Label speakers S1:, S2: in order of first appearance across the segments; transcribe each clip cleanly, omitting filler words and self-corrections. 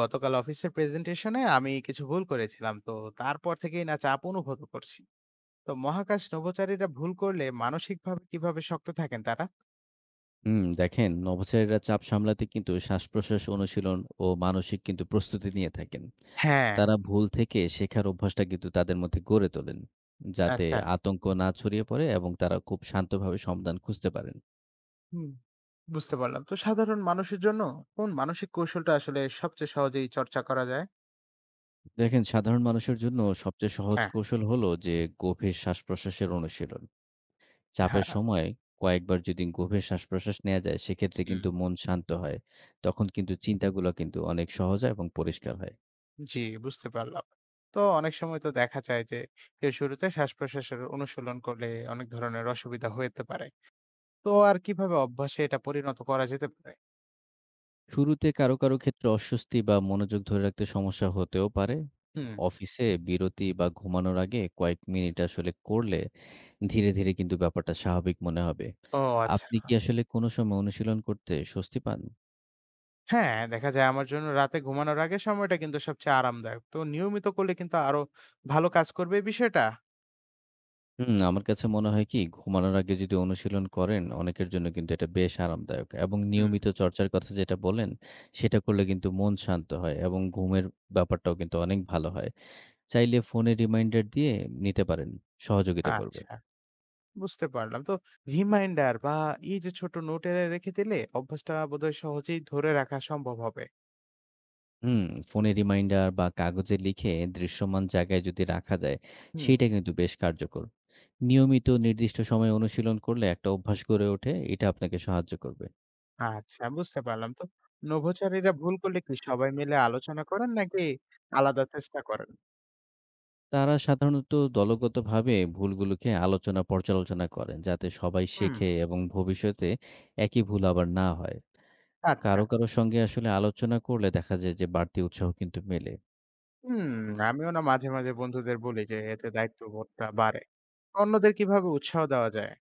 S1: গতকাল অফিসের প্রেজেন্টেশনে আমি কিছু ভুল করেছিলাম। তো তারপর থেকেই চাপ অনুভব করছি। তো মহাকাশ নভোচারীরা ভুল করলে মানসিকভাবে কিভাবে শক্ত থাকেন তারা?
S2: হুম, দেখেন নভোচারীরা চাপ সামলাতে কিন্তু শ্বাসপ্রশ্বাস অনুশীলন ও মানসিক কিন্তু প্রস্তুতি নিয়ে থাকেন।
S1: হ্যাঁ।
S2: তারা ভুল থেকে শেখার অভ্যাসটা কিন্তু তাদের মধ্যে গড়ে তোলেন, যাতে
S1: আচ্ছা।
S2: আতঙ্ক না ছড়িয়ে পড়ে এবং তারা খুব শান্তভাবে সমাধান খুঁজতে পারেন।
S1: হুম, বুঝতে পারলাম। তো সাধারণ মানুষের জন্য কোন মানসিক কৌশলটা আসলে সবচেয়ে সহজেই চর্চা করা যায়?
S2: দেখেন সাধারণ মানুষের জন্য সবচেয়ে সহজ কৌশল হলো যে গভীর শ্বাস প্রশ্বাসের অনুশীলন।
S1: আচ্ছা,
S2: চাপের সময় কয়েকবার যদি গভীর শ্বাস প্রশ্বাস নেওয়া যায়, সেক্ষেত্রে
S1: হুম।
S2: কিন্তু মন শান্ত হয়। তখন কিন্তু চিন্তাগুলো কিন্তু অনেক সহজ হয় এবং পরিষ্কার হয়।
S1: জি, বুঝতে পারলাম। তো অনেক সময় তো দেখা যায় যে কেউ শুরুতে শ্বাস প্রশ্বাসের অনুশীলন করলে অনেক ধরনের অসুবিধা হতে পারে, তো আর কিভাবে অভ্যাসে এটা পরিণত করা যেতে পারে?
S2: শুরুতে কারো ক্ষেত্রে অস্বস্তি বা মনোযোগ ধরে রাখতে সমস্যা হতেও পারে।
S1: হুম।
S2: অফিসে বিরতি বা ঘুমানোর আগে কয়েক মিনিট আসলে করলে ধীরে কিন্তু ব্যাপারটা স্বাভাবিক মনে হবে।
S1: ও,
S2: আপনি
S1: আচ্ছা।
S2: কি আসলে কোনো সময় অনুশীলন করতে স্বস্তি পান?
S1: হ্যাঁ, দেখা যায় আমার জন্য রাতে ঘুমানোর আগে সময়টা কিন্তু সবচেয়ে আরামদায়ক। তো নিয়মিত করলে কিন্তু আরো ভালো কাজ করবে এই বিষয়টা?
S2: হুম, আমার কাছে মনে হয় কি ঘুমানোর আগে যদি অনুশীলন করেন অনেকের জন্য কিন্তু এটা বেশ আরামদায়ক এবং
S1: হুম।
S2: নিয়মিত চর্চার কথা যেটা বললেন, সেটা করলে কিন্তু মন শান্ত হয় এবং ঘুমের ব্যাপারটাও কিন্তু অনেক ভালো হয়। চাইলে ফোনে রিমাইন্ডার দিয়ে নিতে পারেন, সহযোগিতা করবে।
S1: আচ্ছা, বুঝতে পারলাম। তো রিমাইন্ডার বা এই যে ছোট নোটে রেখে দিলে অভ্যাসটা বোধহয় সহজেই ধরে রাখা সম্ভব হবে।
S2: হুম, ফোনে রিমাইন্ডার বা কাগজে লিখে দৃশ্যমান জায়গায় যদি রাখা যায়,
S1: হুম।
S2: সেইটা কিন্তু বেশ কার্যকর। নিয়মিত নির্দিষ্ট সময়ে অনুশীলন করলে একটা অভ্যাস গড়ে ওঠে, এটা আপনাকে সাহায্য করবে।
S1: আচ্ছা, বুঝতে পারলাম। তো নভোচারীরা ভুল করলে কি সবাই মিলে আলোচনা করেন নাকি আলাদা চেষ্টা করেন?
S2: তারা সাধারণত দলগতভাবে ভুলগুলোকে আলোচনা পর্যালোচনা করেন, যাতে সবাই
S1: হুম,
S2: শেখে এবং ভবিষ্যতে একই ভুল আবার না হয়।
S1: আচ্ছা।
S2: কারো সঙ্গে আসলে আলোচনা করলে দেখা যায় যে বাড়তি উৎসাহ কিন্তু মেলে।
S1: হুম, আমিও মাঝে, মাঝে বন্ধুদের বলি যে এতে দায়িত্ববোধটা বাড়ে। অন্যদের কিভাবে উৎসাহ দেওয়া যায়?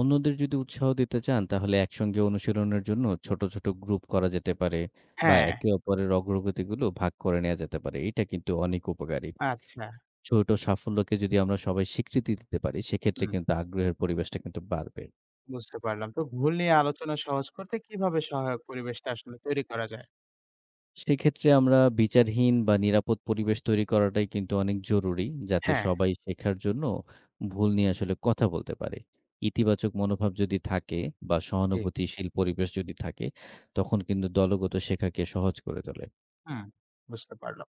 S2: অন্যদের যদি উৎসাহ দিতে চান, তাহলে একসঙ্গে অনুশীলনের জন্য ছোট গ্রুপ করা যেতে পারে বা
S1: হ্যাঁ,
S2: একে অপরের অগ্রগতিগুলো ভাগ করে নেয়া যেতে পারে। এটা কিন্তু অনেক উপকারী।
S1: আচ্ছা।
S2: ছোট সাফল্যকে যদি আমরা সবাই স্বীকৃতি দিতে পারি, সেক্ষেত্রে
S1: হুম,
S2: কিন্তু আগ্রহের পরিবেশটা কিন্তু বাড়বে।
S1: বুঝতে পারলাম। তো ভুল নিয়ে আলোচনা সহজ করতে কিভাবে সহায়ক পরিবেশটা আসলে তৈরি করা যায়?
S2: সেক্ষেত্রে আমরা বিচারহীন বা নিরাপদ পরিবেশ তৈরি করাটাই কিন্তু অনেক জরুরি, যাতে
S1: হ্যাঁ।
S2: সবাই শেখার জন্য ভুল নিয়ে আসলে কথা বলতে পারে। ইতিবাচক মনোভাব যদি থাকে বা
S1: জি।
S2: সহানুভূতিশীল পরিবেশ যদি থাকে, তখন কিন্তু দলগত শেখাকে সহজ করে তোলে।
S1: হুম, বুঝতে পারলাম।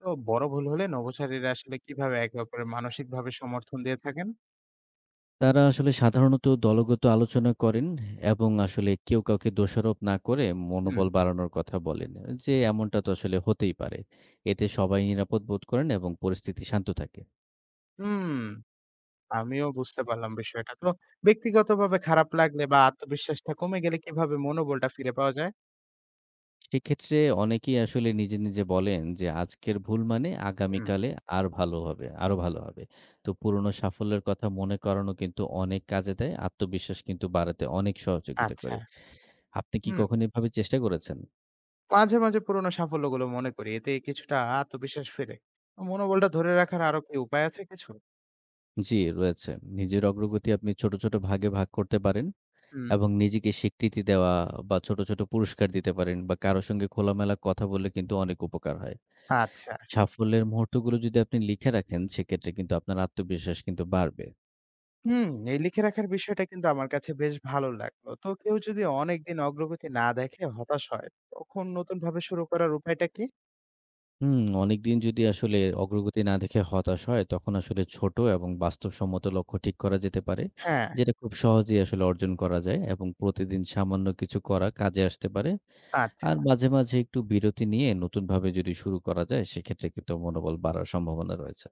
S1: তো বড় ভুল হলে নভোচারীরা আসলে কিভাবে একে অপরের মানসিকভাবে সমর্থন দিয়ে থাকেন?
S2: তারা আসলে সাধারণত দলগত আলোচনা করেন এবং আসলে কেউ কাউকে দোষারোপ না করে
S1: হুম।
S2: মনোবল বাড়ানোর কথা বলেন যে এমনটা তো আসলে হতেই পারে। এতে সবাই নিরাপদ বোধ করেন এবং পরিস্থিতি শান্ত থাকে।
S1: হুম, আমিও বুঝতে পারলাম বিষয়টা। তো ব্যক্তিগতভাবে খারাপ লাগলে বা আত্মবিশ্বাসটা কমে গেলে কিভাবে মনোবলটা ফিরে পাওয়া যায়?
S2: সেক্ষেত্রে অনেকেই আসলে নিজে বলেন যে আজকের ভুল মানে
S1: হুম।
S2: আগামীকালে আর ভালো হবে, আরো ভালো হবে। তো পুরনো সাফল্যের কথা মনে করানো কিন্তু অনেক কাজে দেয়। আত্মবিশ্বাস কিন্তু বাড়াতে অনেক সহযোগিতা
S1: আচ্ছা।
S2: করে। আপনি কি
S1: হুম,
S2: কখনো এভাবে চেষ্টা করেছেন?
S1: মাঝে, মাঝে পুরোনো সাফল্যগুলো মনে করি। এতে কিছুটা আত্মবিশ্বাস ফেরে। মনোবলটা ধরে রাখার আরো কি উপায় আছে কিছু?
S2: জি, রয়েছে। নিজের অগ্রগতি আপনি ছোট ভাগে ভাগ করতে পারেন
S1: হুম।
S2: এবং নিজেকে স্বীকৃতি দেওয়া বা ছোট পুরস্কার দিতে পারেন বা কারো সঙ্গে খোলামেলা কথা বললে কিন্তু অনেক উপকার হয়।
S1: আচ্ছা।
S2: সাফল্যের মুহূর্তগুলো যদি আপনি লিখে রাখেন, সেক্ষেত্রে কিন্তু আপনার আত্মবিশ্বাস কিন্তু বাড়বে।
S1: হুম, এই লিখে রাখার বিষয়টা কিন্তু আমার কাছে বেশ ভালো লাগলো। তো কেউ যদি অনেকদিন অগ্রগতি না দেখে হতাশ হয়, তখন নতুনভাবে শুরু করার উপায়টা কি?
S2: হুম, অনেকদিন যদি আসলে অগ্রগতি না দেখে হতাশ হয়, তখন আসলে ছোট এবং বাস্তবসম্মত লক্ষ্য ঠিক করা যেতে পারে,
S1: হ্যাঁ,
S2: যেটা খুব সহজেই আসলে অর্জন করা যায় এবং প্রতিদিন সামান্য কিছু করা কাজে আসতে পারে।
S1: আচ্ছা।
S2: আর মাঝে একটু বিরতি নিয়ে নতুনভাবে যদি শুরু করা যায়, সেক্ষেত্রে কিন্তু মনোবল বাড়ার সম্ভাবনা রয়েছে।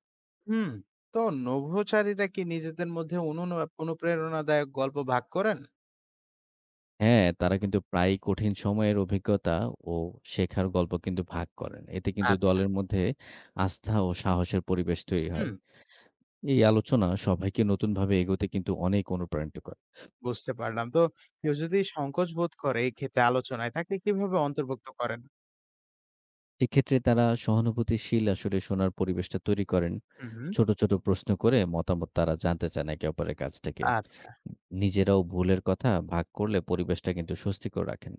S1: হুম, তো নভোচারীরা কি নিজেদের মধ্যে অনুপ্রেরণাদায়ক গল্প ভাগ করেন?
S2: হ্যাঁ, তারা কিন্তু প্রায়ই কঠিন সময়ের অভিজ্ঞতা ও শেখার গল্প কিন্তু ভাগ করেন। এতে কিন্তু
S1: আচ্ছা,
S2: দলের মধ্যে আস্থা ও সাহসের পরিবেশ তৈরি হয়।
S1: হুম,
S2: এই আলোচনা সবাইকে নতুনভাবে এগোতে কিন্তু অনেক অনুপ্রাণিত করে।
S1: বুঝতে পারলাম। তো কেউ যদি সংকোচ বোধ করে এই ক্ষেত্রে আলোচনায়, তাকে কিভাবে অন্তর্ভুক্ত করেন?
S2: সেক্ষেত্রে তারা সহানুভূতিশীল আসলে শোনার পরিবেশটা তৈরি করেন।
S1: হুম, হুম,
S2: ছোট প্রশ্ন করে মতামত তারা জানতে চান একে অপরের কাছ থেকে।
S1: আচ্ছা,
S2: নিজেরাও ভুলের কথা ভাগ করলে পরিবেশটা কিন্তু স্বস্তিকর রাখেন।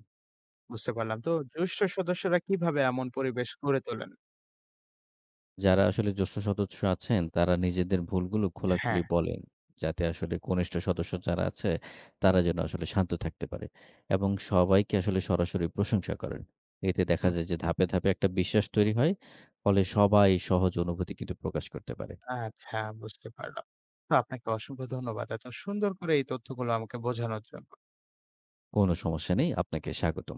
S1: বুঝতে পারলাম। তো জ্যেষ্ঠ সদস্যরা কিভাবে এমন পরিবেশ গড়ে তোলেন?
S2: যারা আসলে জ্যেষ্ঠ সদস্য আছেন, তারা নিজেদের ভুলগুলো
S1: হ্যাঁ।
S2: খোলাখুলি বলেন। যাতে আসলে কনিষ্ঠ সদস্য যারা আছে, তারা যেন আসলে শান্ত থাকতে পারে এবং সবাইকে আসলে সরাসরি প্রশংসা করেন। এতে দেখা যায় যে ধাপে একটা বিশ্বাস তৈরি হয়। ফলে সবাই সহজ অনুভূতি কিন্তু প্রকাশ করতে পারে।
S1: আচ্ছা, বুঝতে পারলাম। তো আপনাকে অসংখ্য ধন্যবাদ। এত সুন্দর করে এই তথ্যগুলো আমাকে বোঝানোর জন্য।
S2: কোনো সমস্যা নেই। আপনাকে স্বাগতম।